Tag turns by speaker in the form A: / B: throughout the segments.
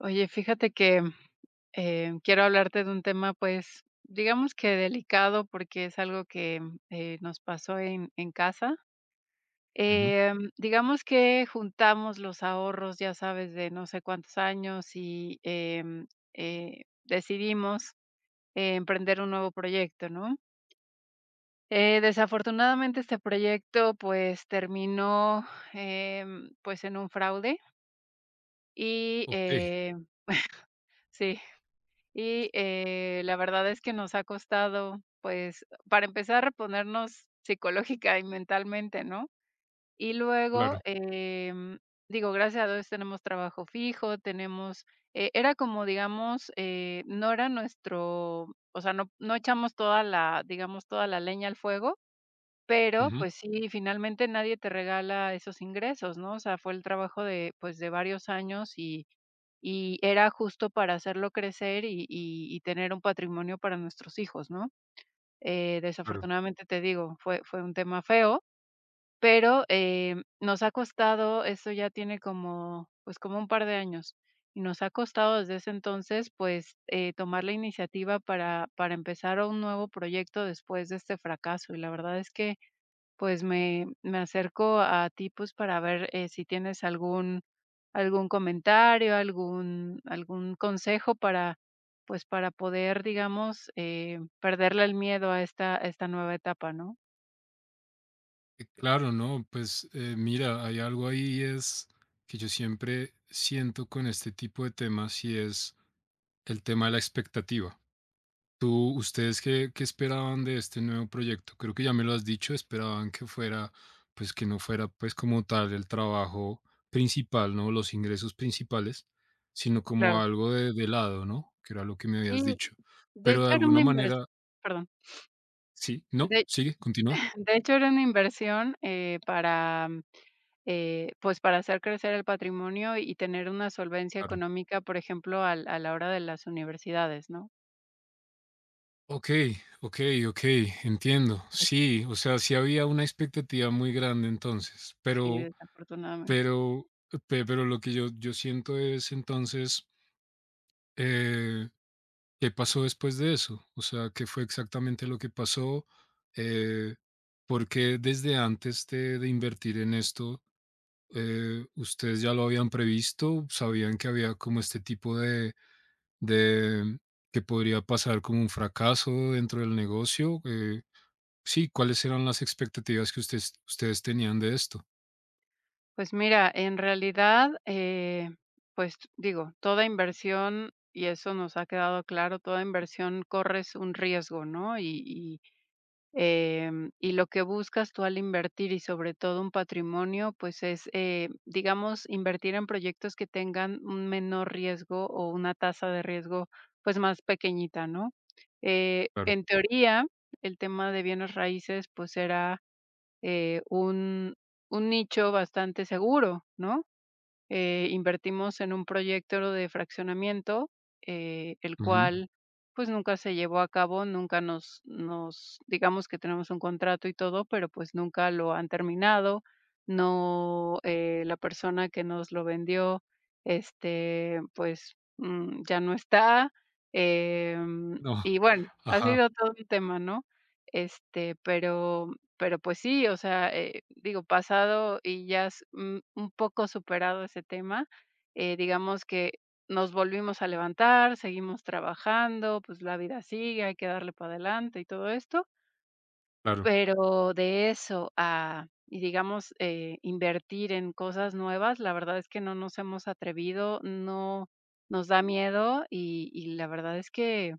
A: Oye, fíjate que, quiero hablarte de un tema, pues, digamos que delicado, porque es algo que, nos pasó en casa.
B: Ujú.
A: Digamos que juntamos los ahorros, ya sabes, de no sé cuántos años y, decidimos emprender un nuevo proyecto, ¿no? Desafortunadamente, este proyecto, pues, terminó, pues, en un fraude y,
B: Okey,
A: eh sí. Y, la verdad es que nos ha costado, pues, para empezar, reponernos psicológica y mentalmente, ¿no? Y luego,
B: claro.
A: digo, gracias a Dios tenemos trabajo fijo, tenemos era como, digamos, no era nuestro, o sea, no echamos toda la, digamos, toda la leña al fuego, pero,
B: Ujú,
A: pues sí, finalmente nadie te regala esos ingresos, ¿no? O sea, fue el trabajo de, pues, de varios años y era justo para hacerlo crecer y y tener un patrimonio para nuestros hijos, ¿no?
B: claro.
A: Desafortunadamente, te digo, fue un tema feo, pero, nos ha costado, eso ya tiene como, pues, como un par de años, y nos ha costado desde ese entonces, pues, tomar la iniciativa para empezar un nuevo proyecto después de este fracaso, y la verdad es que pues me acerco a ti, pues, para ver, si tienes algún algún comentario, algún consejo para, pues, para poder, digamos, perderle el miedo a esta nueva etapa, ¿no?
B: Claro, no, pues, mira, hay algo ahí, es que yo siempre siento con este tipo de temas, y es el tema de la expectativa. Tú ¿Ustedes qué esperaban de este nuevo proyecto? Creo que ya me lo has dicho, esperaban que fuera, pues, que no fuera, pues, como tal el trabajo principal, ¿no? Los ingresos principales, sino como
A: Claro.
B: algo de lado, ¿no? Que era lo que me
A: Sí,
B: habías dicho.
A: de
B: Pero de
A: hecho era
B: alguna
A: una
B: manera,
A: inversión, perdón,
B: ¿sí? ¿No?
A: de
B: ¿Sigue? ¿Continúa?
A: de hecho era una inversión, para, pues, para hacer crecer el patrimonio y tener una solvencia
B: Claro.
A: económica, por ejemplo, al a la hora de las universidades, ¿no?
B: Okey, okey, okey, entiendo. Sí, o sea, sí había una expectativa muy grande entonces,
A: Sí, desafortunadamente.
B: pero pero lo que yo siento es entonces, eh, ¿qué pasó después de eso? O sea, ¿qué fue exactamente lo que pasó? Eh, ¿Por qué desde antes de invertir en esto ¿ustedes ya lo habían previsto? ¿Sabían que había como este tipo de que podría pasar como un fracaso dentro del negocio? Sí, ¿cuáles eran las expectativas que ustedes tenían de esto?
A: Pues mira, en realidad, pues digo, toda inversión, y eso nos ha quedado claro, toda inversión corres un riesgo, ¿no? Y lo que buscas tú al invertir y sobre todo un patrimonio, pues es, digamos, invertir en proyectos que tengan un menor riesgo o una tasa de riesgo, pues más pequeñita, ¿no?
B: Claro.
A: En teoría, el tema de bienes raíces, pues era eh, un un nicho bastante seguro, ¿no? Invertimos en un proyecto de fraccionamiento, el
B: Ujú.
A: cual, pues, nunca se llevó a cabo, nunca nos digamos que tenemos un contrato y todo, pero, pues, nunca lo han terminado. No, la persona que nos lo vendió, este, pues, ya no está,
B: No.
A: y bueno, ha
B: Ajá.
A: sido todo un tema, ¿no? Este, pero, pues sí, o sea, digo, pasado y ya un poco superado ese tema, digamos que nos volvimos a levantar, seguimos trabajando, pues la vida sigue, hay que darle para adelante y todo esto,
B: Claro.
A: pero de eso a, y digamos, invertir en cosas nuevas, la verdad es que no nos hemos atrevido, no nos da miedo y la verdad es que,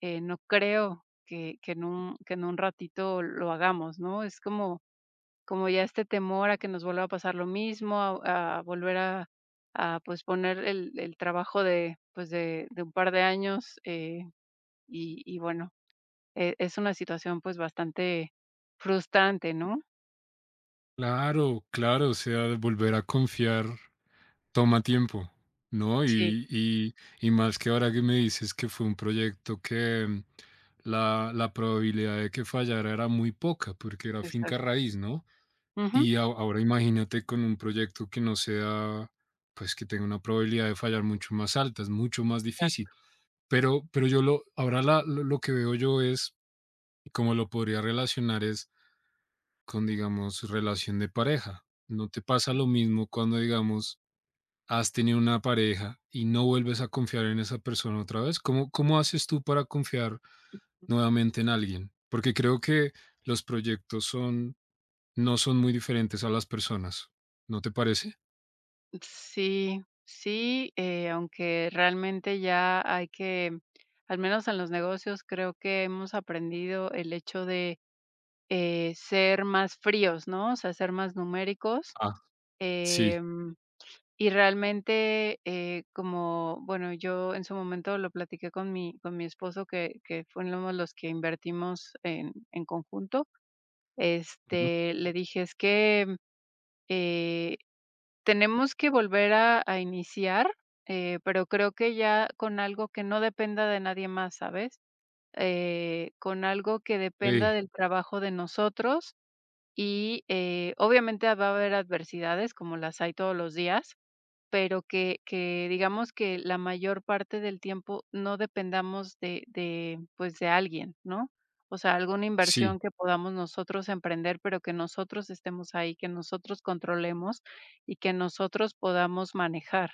A: no creo que que en un ratito lo hagamos, ¿no? Es como como ya este temor a que nos vuelva a pasar lo mismo, a volver a pues poner el trabajo de, pues, de un par de años, y bueno, es una situación, pues, bastante frustrante, ¿no?
B: Claro, claro, o sea, volver a confiar. Toma tiempo, ¿no?
A: Sí,
B: Y más que ahora que me dices que fue un proyecto que mm, la probabilidad de que fallara era muy poca, porque era finca
A: exacto.
B: raíz, ¿no?
A: Ujú.
B: Y a ahora imagínate con un proyecto que no sea, pues, que tenga una probabilidad de fallar mucho más alta, es mucho más difícil.
A: Exacto.
B: Pero yo lo ahora la lo que veo yo es, como lo podría relacionar es con, digamos, relación de pareja. ¿No te pasa lo mismo cuando, digamos, has tenido una pareja y no vuelves a confiar en esa persona otra vez? ¿Cómo, cómo haces tú para confiar nuevamente en alguien? Porque creo que los proyectos son, no son muy diferentes a las personas, ¿no te parece?
A: Sí, sí, aunque realmente ya hay que, al menos en los negocios, creo que hemos aprendido el hecho de, ser más fríos, ¿no? O sea, ser más numéricos,
B: Ah, sí.
A: em Y realmente, como, bueno, yo en su momento lo platiqué con mi esposo, que fuimos los que invertimos en conjunto,
B: Ujú.
A: este, le dije: "Es que, eh, tenemos que volver a iniciar, pero creo que ya con algo que no dependa de nadie más, ¿sabes? Con algo que dependa
B: Ey,
A: del trabajo de nosotros y, obviamente va a haber adversidades, como las hay todos los días, pero que digamos que la mayor parte del tiempo no dependamos de pues, de alguien, ¿no? O sea, alguna
B: sí.
A: inversión que podamos nosotros emprender, pero que nosotros estemos ahí, que nosotros controlemos y que nosotros podamos manejar.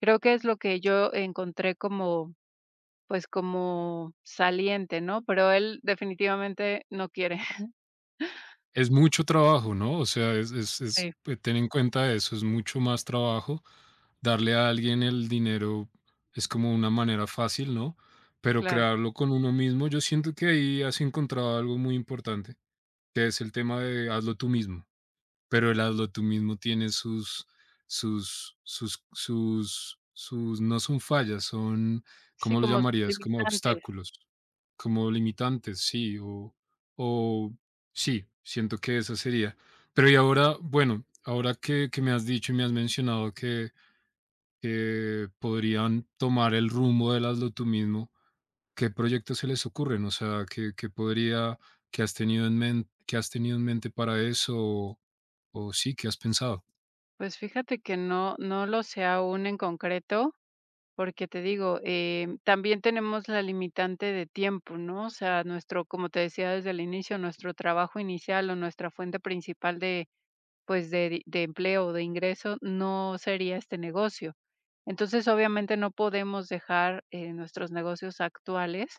A: Creo que es lo que yo encontré como, pues, como saliente, ¿no? Pero él definitivamente no quiere.
B: Es mucho trabajo, ¿no? O sea, es
A: Sí,
B: ten en cuenta eso, es mucho más trabajo. Darle a alguien el dinero es como una manera fácil, ¿no? Pero
A: claro.
B: crearlo con uno mismo, yo siento que ahí has encontrado algo muy importante, que es el tema de hazlo tú mismo. Pero el hazlo tú mismo tiene sus no son fallas, son,
A: Sí,
B: ¿cómo lo
A: como sus
B: llamarías? Como
A: limitantes.
B: obstáculos, como limitantes, sí, o sí, siento que esa sería. Pero y ahora, bueno, ahora que me has dicho y me has mencionado que podrían tomar el rumbo del hazlo tú mismo, ¿qué proyectos se les ocurren? O sea, ¿qué podría qué has tenido en men qué has tenido en mente para eso? O sí, ¿qué has pensado?
A: Pues fíjate que no lo sé aún en concreto. Porque te digo, también tenemos la limitante de tiempo, ¿no? O sea, nuestro, como te decía desde el inicio, nuestro trabajo inicial o nuestra fuente principal de, pues, de empleo o de ingreso no sería este negocio. Entonces, obviamente no podemos dejar nuestros negocios actuales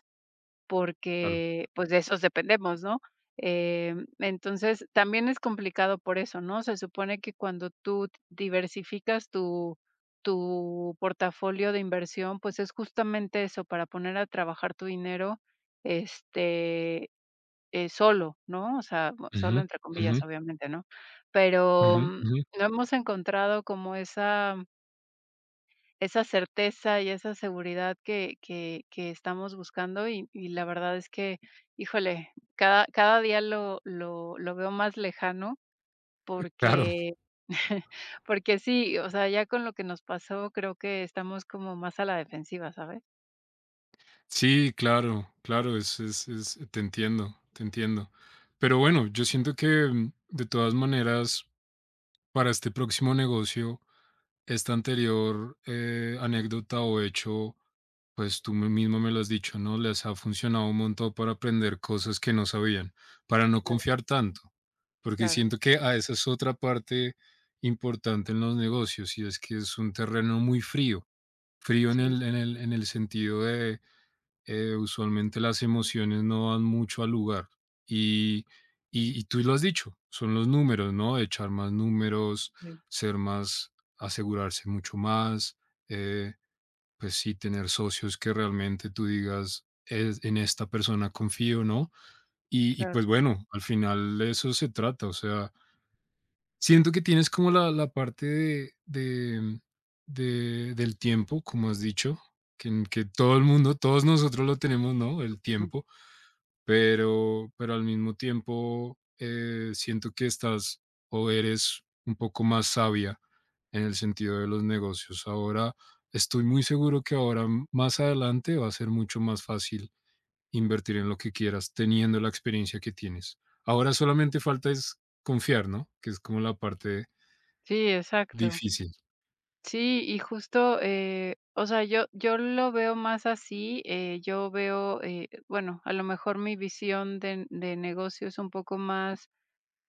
B: Claro.
A: porque, pues, de esos dependemos, ¿no? Entonces, también es complicado por eso, ¿no? Se supone que cuando tú diversificas tu portafolio de inversión, pues, es justamente eso, para poner a trabajar tu dinero, este, solo, ¿no? O sea,
B: Ujú,
A: solo entre
B: ujú,
A: comillas, obviamente, ¿no? Pero,
B: ujú, ujú.
A: no hemos encontrado como esa esa certeza y esa seguridad que estamos buscando y la verdad es que, híjole, cada día lo veo más lejano
B: Claro.
A: porque porque sí, o sea, ya con lo que nos pasó, creo que estamos como más a la defensiva, ¿sabes?
B: Sí, claro, claro, es te entiendo, te entiendo. Pero bueno, yo siento que, mm, de todas maneras, para este próximo negocio, esta anterior, anécdota o hecho, pues tú me- mismo me lo has dicho, ¿no? Les ha funcionado un montón para aprender cosas que no sabían, para no
A: Claro.
B: confiar tanto, porque
A: Claro.
B: siento que a esa es otra parte importante en los negocios, y es que es un terreno muy frío, frío en
A: Sí,
B: el, en el, en el sentido de usualmente las emociones no van mucho al lugar. Y, y tú lo has dicho, son los números, ¿no? Echar más números,
A: sí,
B: ser más, asegurarse mucho más, eh, pues sí, tener socios que realmente tú digas, "Es- en esta persona confío", ¿no? Y
A: claro.
B: pues bueno, al final de eso se trata, o sea, siento que tienes como la parte de- del tiempo, como has dicho, que, en- que todo el mundo, todos nosotros lo tenemos, ¿no? El
A: Mm.
B: tiempo, pero al mismo tiempo siento que estás o eres un poco más sabia en el sentido de los negocios. Ahora estoy muy seguro que ahora m- más adelante va a ser mucho más fácil invertir en lo que quieras teniendo la experiencia que tienes. Ahora solamente falta es confiar, ¿no? Que es como la parte
A: Sí, exacto.
B: difícil,
A: Sí, y justo, o sea, yo lo veo más así, yo veo, bueno, a lo mejor mi visión de negocio es un poco más,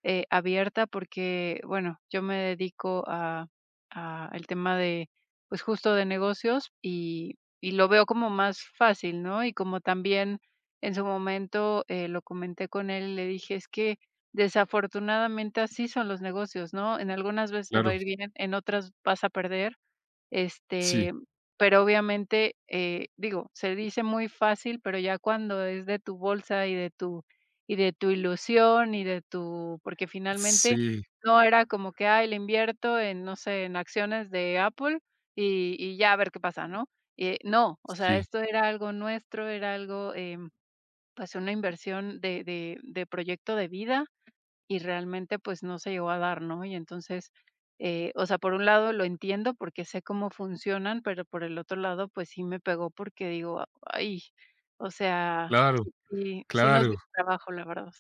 A: abierta porque, bueno, yo me dedico a el tema de, pues, justo de negocios y lo veo como más fácil, ¿no? Y como también en su momento, lo comenté con él y le dije: "Es que desafortunadamente así son los negocios, ¿no? En algunas veces te va
B: claro,
A: a ir bien, en otras vas a perder".
B: sí,
A: Este, pero obviamente, digo, se dice muy fácil, pero ya cuando es de tu bolsa y de tu ilusión y de tu porque finalmente
B: sí,
A: no era como que, ay, le invierto en, no sé, en acciones de Apple y ya a ver qué pasa, ¿no? No, o sea,
B: sí,
A: esto era algo nuestro, era algo, pues, una inversión de proyecto de vida, y realmente, pues, no se llegó a dar, ¿no? Y entonces, o sea, por un lado lo entiendo porque sé cómo funcionan, pero por el otro lado, pues sí me pegó porque digo, ay, o sea,
B: claro,
A: sí, sí nos
B: claro,
A: dio trabajo, la verdad.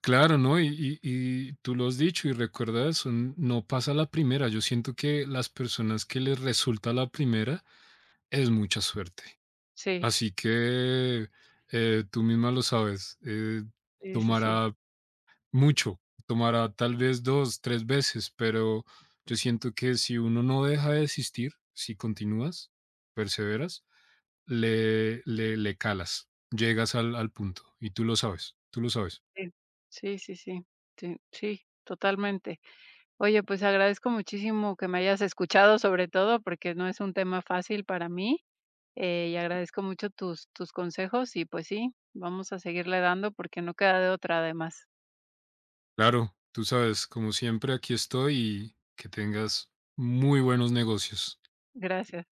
B: claro, ¿no? Y tú lo has dicho y recuerda eso, n- no pasa la primera. Yo siento que las personas que les resulta la primera es mucha suerte.
A: Sí,
B: Así que tú misma lo sabes,
A: sí, sí, sí,
B: tomará mucho, tomará tal vez dos, tres veces, pero yo siento que si uno no deja de existir, si continúas, perseveras, le calas, llegas al, al punto y tú lo sabes, tú lo sabes.
A: sí, sí, sí, sí, sí, sí, totalmente. Oye, pues agradezco muchísimo que me hayas escuchado, sobre todo porque no es un tema fácil para mí. Y agradezco mucho tus tus consejos y, pues sí, vamos a seguirle dando porque no queda de otra además.
B: Claro, tú sabes, como siempre, aquí estoy y que tengas muy buenos negocios.
A: Gracias.